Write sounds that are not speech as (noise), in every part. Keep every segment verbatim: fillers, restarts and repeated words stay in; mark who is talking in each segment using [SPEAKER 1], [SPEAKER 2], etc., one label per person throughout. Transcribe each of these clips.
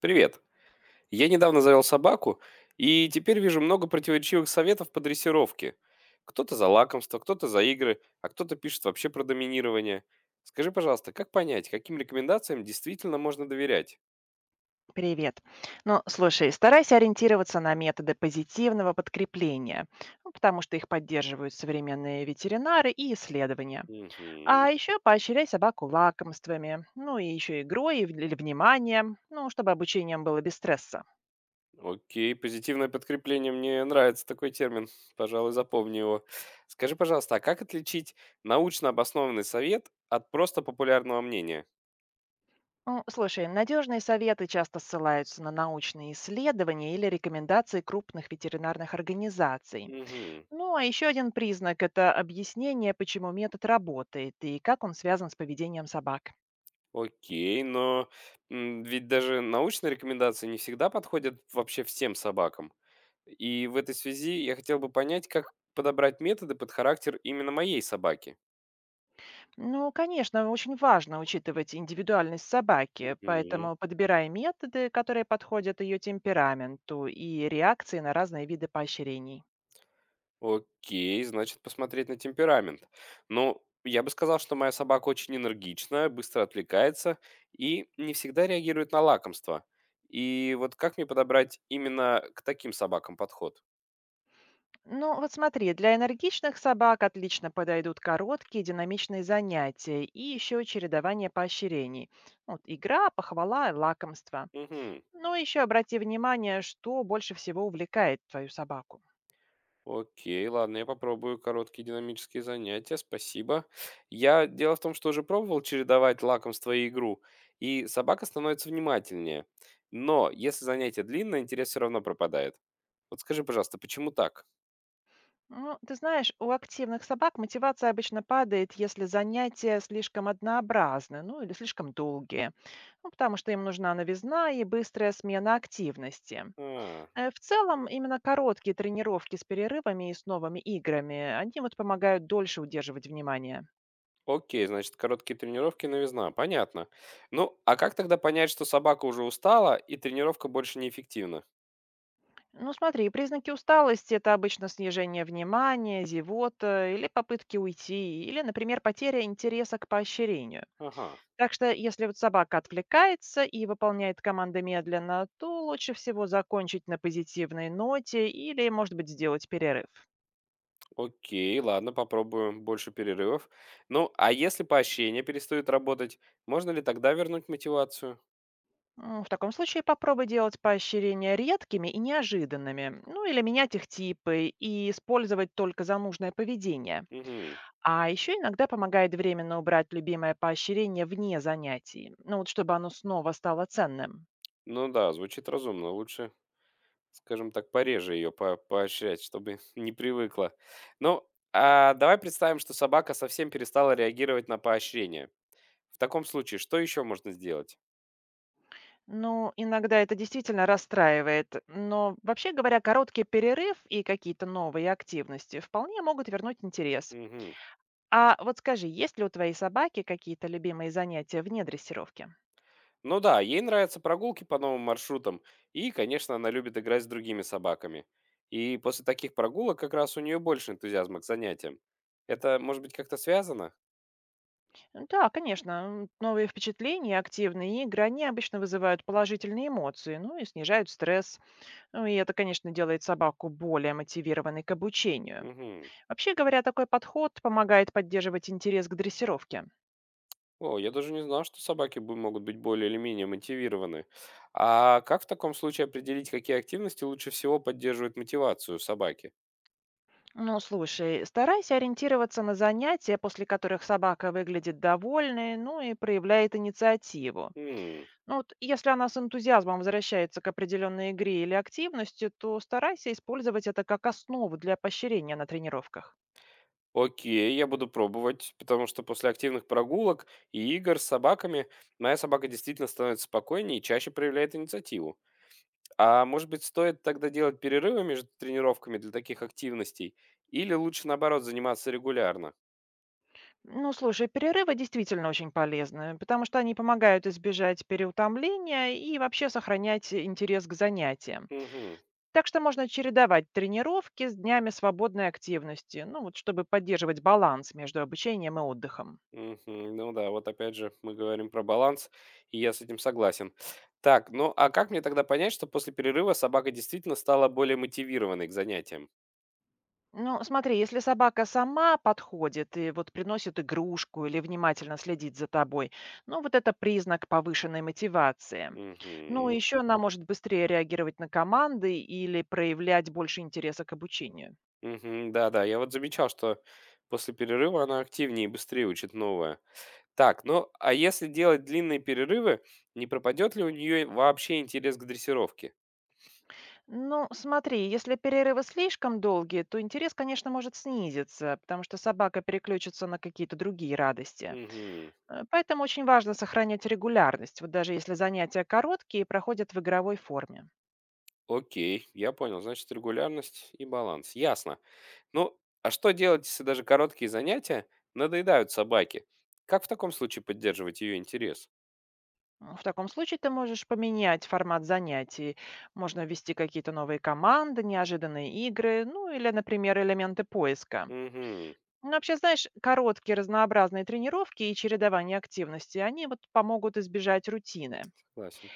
[SPEAKER 1] Привет. Я недавно завел собаку, и теперь вижу много противоречивых советов по дрессировке. Кто-то за лакомство, кто-то за игры, а кто-то пишет вообще про доминирование. Скажи, пожалуйста, как понять, каким рекомендациям действительно можно доверять?
[SPEAKER 2] Привет. Ну, слушай, старайся ориентироваться на методы позитивного подкрепления, ну, потому что их поддерживают современные ветеринары и исследования.
[SPEAKER 1] Угу.
[SPEAKER 2] А еще поощряй собаку лакомствами, ну и еще игрой и в- или вниманием, ну, чтобы обучением было без стресса.
[SPEAKER 1] Окей, позитивное подкрепление. Мне нравится такой термин. Пожалуй, запомни его. Скажи, пожалуйста, а как отличить научно обоснованный совет от просто популярного мнения?
[SPEAKER 2] Ну, слушай, надежные советы часто ссылаются на научные исследования или рекомендации крупных ветеринарных организаций.
[SPEAKER 1] Угу.
[SPEAKER 2] Ну, а еще один признак — это объяснение, почему метод работает и как он связан с поведением собак.
[SPEAKER 1] Окей, но, м, ведь даже научные рекомендации не всегда подходят вообще всем собакам. И в этой связи я хотел бы понять, как подобрать методы под характер именно моей собаки.
[SPEAKER 2] Ну, конечно, очень важно учитывать индивидуальность собаки,
[SPEAKER 1] Мгм.
[SPEAKER 2] поэтому подбирай методы, которые подходят ее темпераменту и реакции на разные виды поощрений.
[SPEAKER 1] Окей, значит, посмотреть на темперамент. Ну, я бы сказал, что моя собака очень энергичная, быстро отвлекается и не всегда реагирует на лакомство. И вот как мне подобрать именно к таким собакам подход?
[SPEAKER 2] Ну, вот смотри, для энергичных собак отлично подойдут короткие динамичные занятия и еще чередование поощрений. Вот, игра, похвала, лакомство.
[SPEAKER 1] Мгм.
[SPEAKER 2] Но еще обрати внимание, что больше всего увлекает твою собаку.
[SPEAKER 1] Окей, ладно, я попробую короткие динамические занятия, спасибо. Я дело в том, что уже пробовал чередовать лакомство и игру, и собака становится внимательнее. Но если занятие длинное, интерес все равно пропадает. Вот скажи, пожалуйста, почему так?
[SPEAKER 2] Ну, ты знаешь, у активных собак мотивация обычно падает, если занятия слишком однообразны, ну или слишком долгие, ну, потому что им нужна новизна и быстрая смена активности.
[SPEAKER 1] А,
[SPEAKER 2] Э, В целом, именно короткие тренировки с перерывами и с новыми играми, они вот помогают дольше удерживать внимание.
[SPEAKER 1] окей, значит, короткие тренировки новизна, понятно. Ну, а как тогда понять, что собака уже устала и тренировка больше неэффективна?
[SPEAKER 2] Ну смотри, признаки усталости — это обычно снижение внимания, зевота или попытки уйти, или, например, потеря интереса к поощрению.
[SPEAKER 1] Ага.
[SPEAKER 2] Так что, если вот собака отвлекается и выполняет команды медленно, то лучше всего закончить на позитивной ноте или, может быть, сделать перерыв.
[SPEAKER 1] Окей, ладно, попробую больше перерывов. Ну, а если поощрение перестает работать, можно ли тогда вернуть мотивацию?
[SPEAKER 2] М, В таком случае попробуй делать поощрения редкими и неожиданными, ну или менять их типы и использовать только за нужное поведение.
[SPEAKER 1] Мгм.
[SPEAKER 2] А еще иногда помогает временно убрать любимое поощрение вне занятий, ну вот чтобы оно снова стало ценным.
[SPEAKER 1] Ну да, звучит разумно. Лучше, скажем так, пореже ее по поощрять, чтобы (laughs) не привыкла. Ну, а давай представим, что собака совсем перестала реагировать на поощрение. В таком случае, что еще можно сделать?
[SPEAKER 2] Ну, иногда это действительно расстраивает, но вообще говоря, короткий перерыв и какие-то новые активности вполне могут вернуть интерес.
[SPEAKER 1] Мгм.
[SPEAKER 2] А вот скажи, есть ли у твоей собаки какие-то любимые занятия вне дрессировки?
[SPEAKER 1] Ну да, ей нравятся прогулки по новым маршрутам, и, конечно, она любит играть с другими собаками. И после таких прогулок как раз у нее больше энтузиазма к занятиям. Это, может быть, как-то связано?
[SPEAKER 2] Ну да, конечно, м, новые впечатления, активные игры, они обычно вызывают положительные эмоции, ну и снижают стресс. Ну и это, конечно, делает собаку более мотивированной к обучению.
[SPEAKER 1] Угу.
[SPEAKER 2] Вообще говоря, такой подход помогает поддерживать интерес к дрессировке.
[SPEAKER 1] О, я даже не знал, что собаки бу- могут быть более или менее мотивированы. А как в таком случае определить, какие активности лучше всего поддерживают мотивацию собаки?
[SPEAKER 2] Ну, слушай, старайся ориентироваться на занятия, после которых собака выглядит довольной, ну и проявляет инициативу.
[SPEAKER 1] М,
[SPEAKER 2] Ну вот, если она с энтузиазмом возвращается к определенной игре или активности, то старайся использовать это как основу для поощрения на тренировках.
[SPEAKER 1] Окей, я буду пробовать, потому что после активных прогулок и игр с собаками моя собака действительно становится спокойнее и чаще проявляет инициативу. А может быть, стоит тогда делать перерывы между тренировками для таких активностей? Или лучше, наоборот, заниматься регулярно?
[SPEAKER 2] Ну, слушай, перерывы действительно очень полезны, потому что они помогают избежать переутомления и вообще сохранять интерес к занятиям.
[SPEAKER 1] Мгм.
[SPEAKER 2] Так что можно чередовать тренировки с днями свободной активности, ну вот чтобы поддерживать баланс между обучением и отдыхом.
[SPEAKER 1] Мгм. Ну да, вот опять же мы говорим про баланс, и я с этим согласен. Так, ну а как мне тогда понять, что после перерыва собака действительно стала более мотивированной к занятиям?
[SPEAKER 2] Ну, смотри, если собака сама подходит и вот приносит игрушку или внимательно следит за тобой, ну вот это признак повышенной мотивации. Ну,
[SPEAKER 1] Мгм.
[SPEAKER 2] еще она может быстрее реагировать на команды или проявлять больше интереса к обучению.
[SPEAKER 1] Мгм. Да-да, я вот замечал, что после перерыва она активнее и быстрее учит новое. Так, ну а если делать длинные перерывы, не пропадет ли у нее вообще интерес к дрессировке?
[SPEAKER 2] Ну, смотри, если перерывы слишком долгие, то интерес, конечно, может снизиться, потому что собака переключится на какие-то другие радости.
[SPEAKER 1] Мгм.
[SPEAKER 2] Э, Поэтому очень важно сохранять регулярность, вот даже если занятия короткие и проходят в игровой форме.
[SPEAKER 1] Окей, я понял. Значит, регулярность и баланс. Ясно. Ну, а что делать, если даже короткие занятия надоедают собаке? Как в таком случае поддерживать ее интерес?
[SPEAKER 2] М, В таком случае ты можешь поменять формат занятий. Можно ввести какие-то новые команды, неожиданные игры, ну или, например, элементы поиска.
[SPEAKER 1] Угу,
[SPEAKER 2] Ну, вообще, знаешь, короткие разнообразные тренировки и чередование активности, они вот помогут избежать рутины.
[SPEAKER 1] согласен.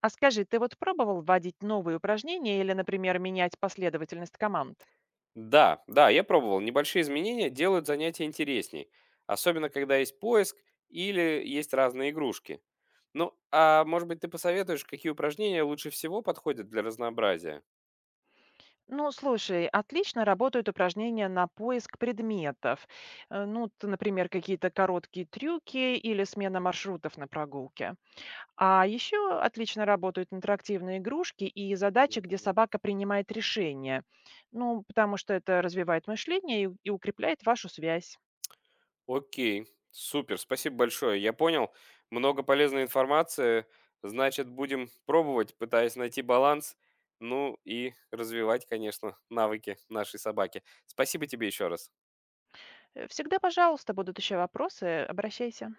[SPEAKER 2] А скажи, ты вот пробовал вводить новые упражнения или, например, менять последовательность команд?
[SPEAKER 1] Да, да, я пробовал. Небольшие изменения делают занятия интересней. Особенно, когда есть поиск или есть разные игрушки. Ну, а может быть, ты посоветуешь, какие упражнения лучше всего подходят для разнообразия?
[SPEAKER 2] Ну, слушай, отлично работают упражнения на поиск предметов. Э, Ну, т- например, какие-то короткие трюки или смена маршрутов на прогулке. А еще отлично работают интерактивные игрушки и задачи, где
[SPEAKER 1] Мгм.
[SPEAKER 2] собака принимает решения. Ну, потому что это развивает мышление и, и укрепляет вашу связь.
[SPEAKER 1] Окей, супер, спасибо большое. Я понял, много полезной информации. Значит, будем пробовать, пытаясь найти баланс, ну и развивать, конечно, навыки нашей собаки. Спасибо тебе еще раз.
[SPEAKER 2] Э, Всегда, пожалуйста, будут еще вопросы, обращайся.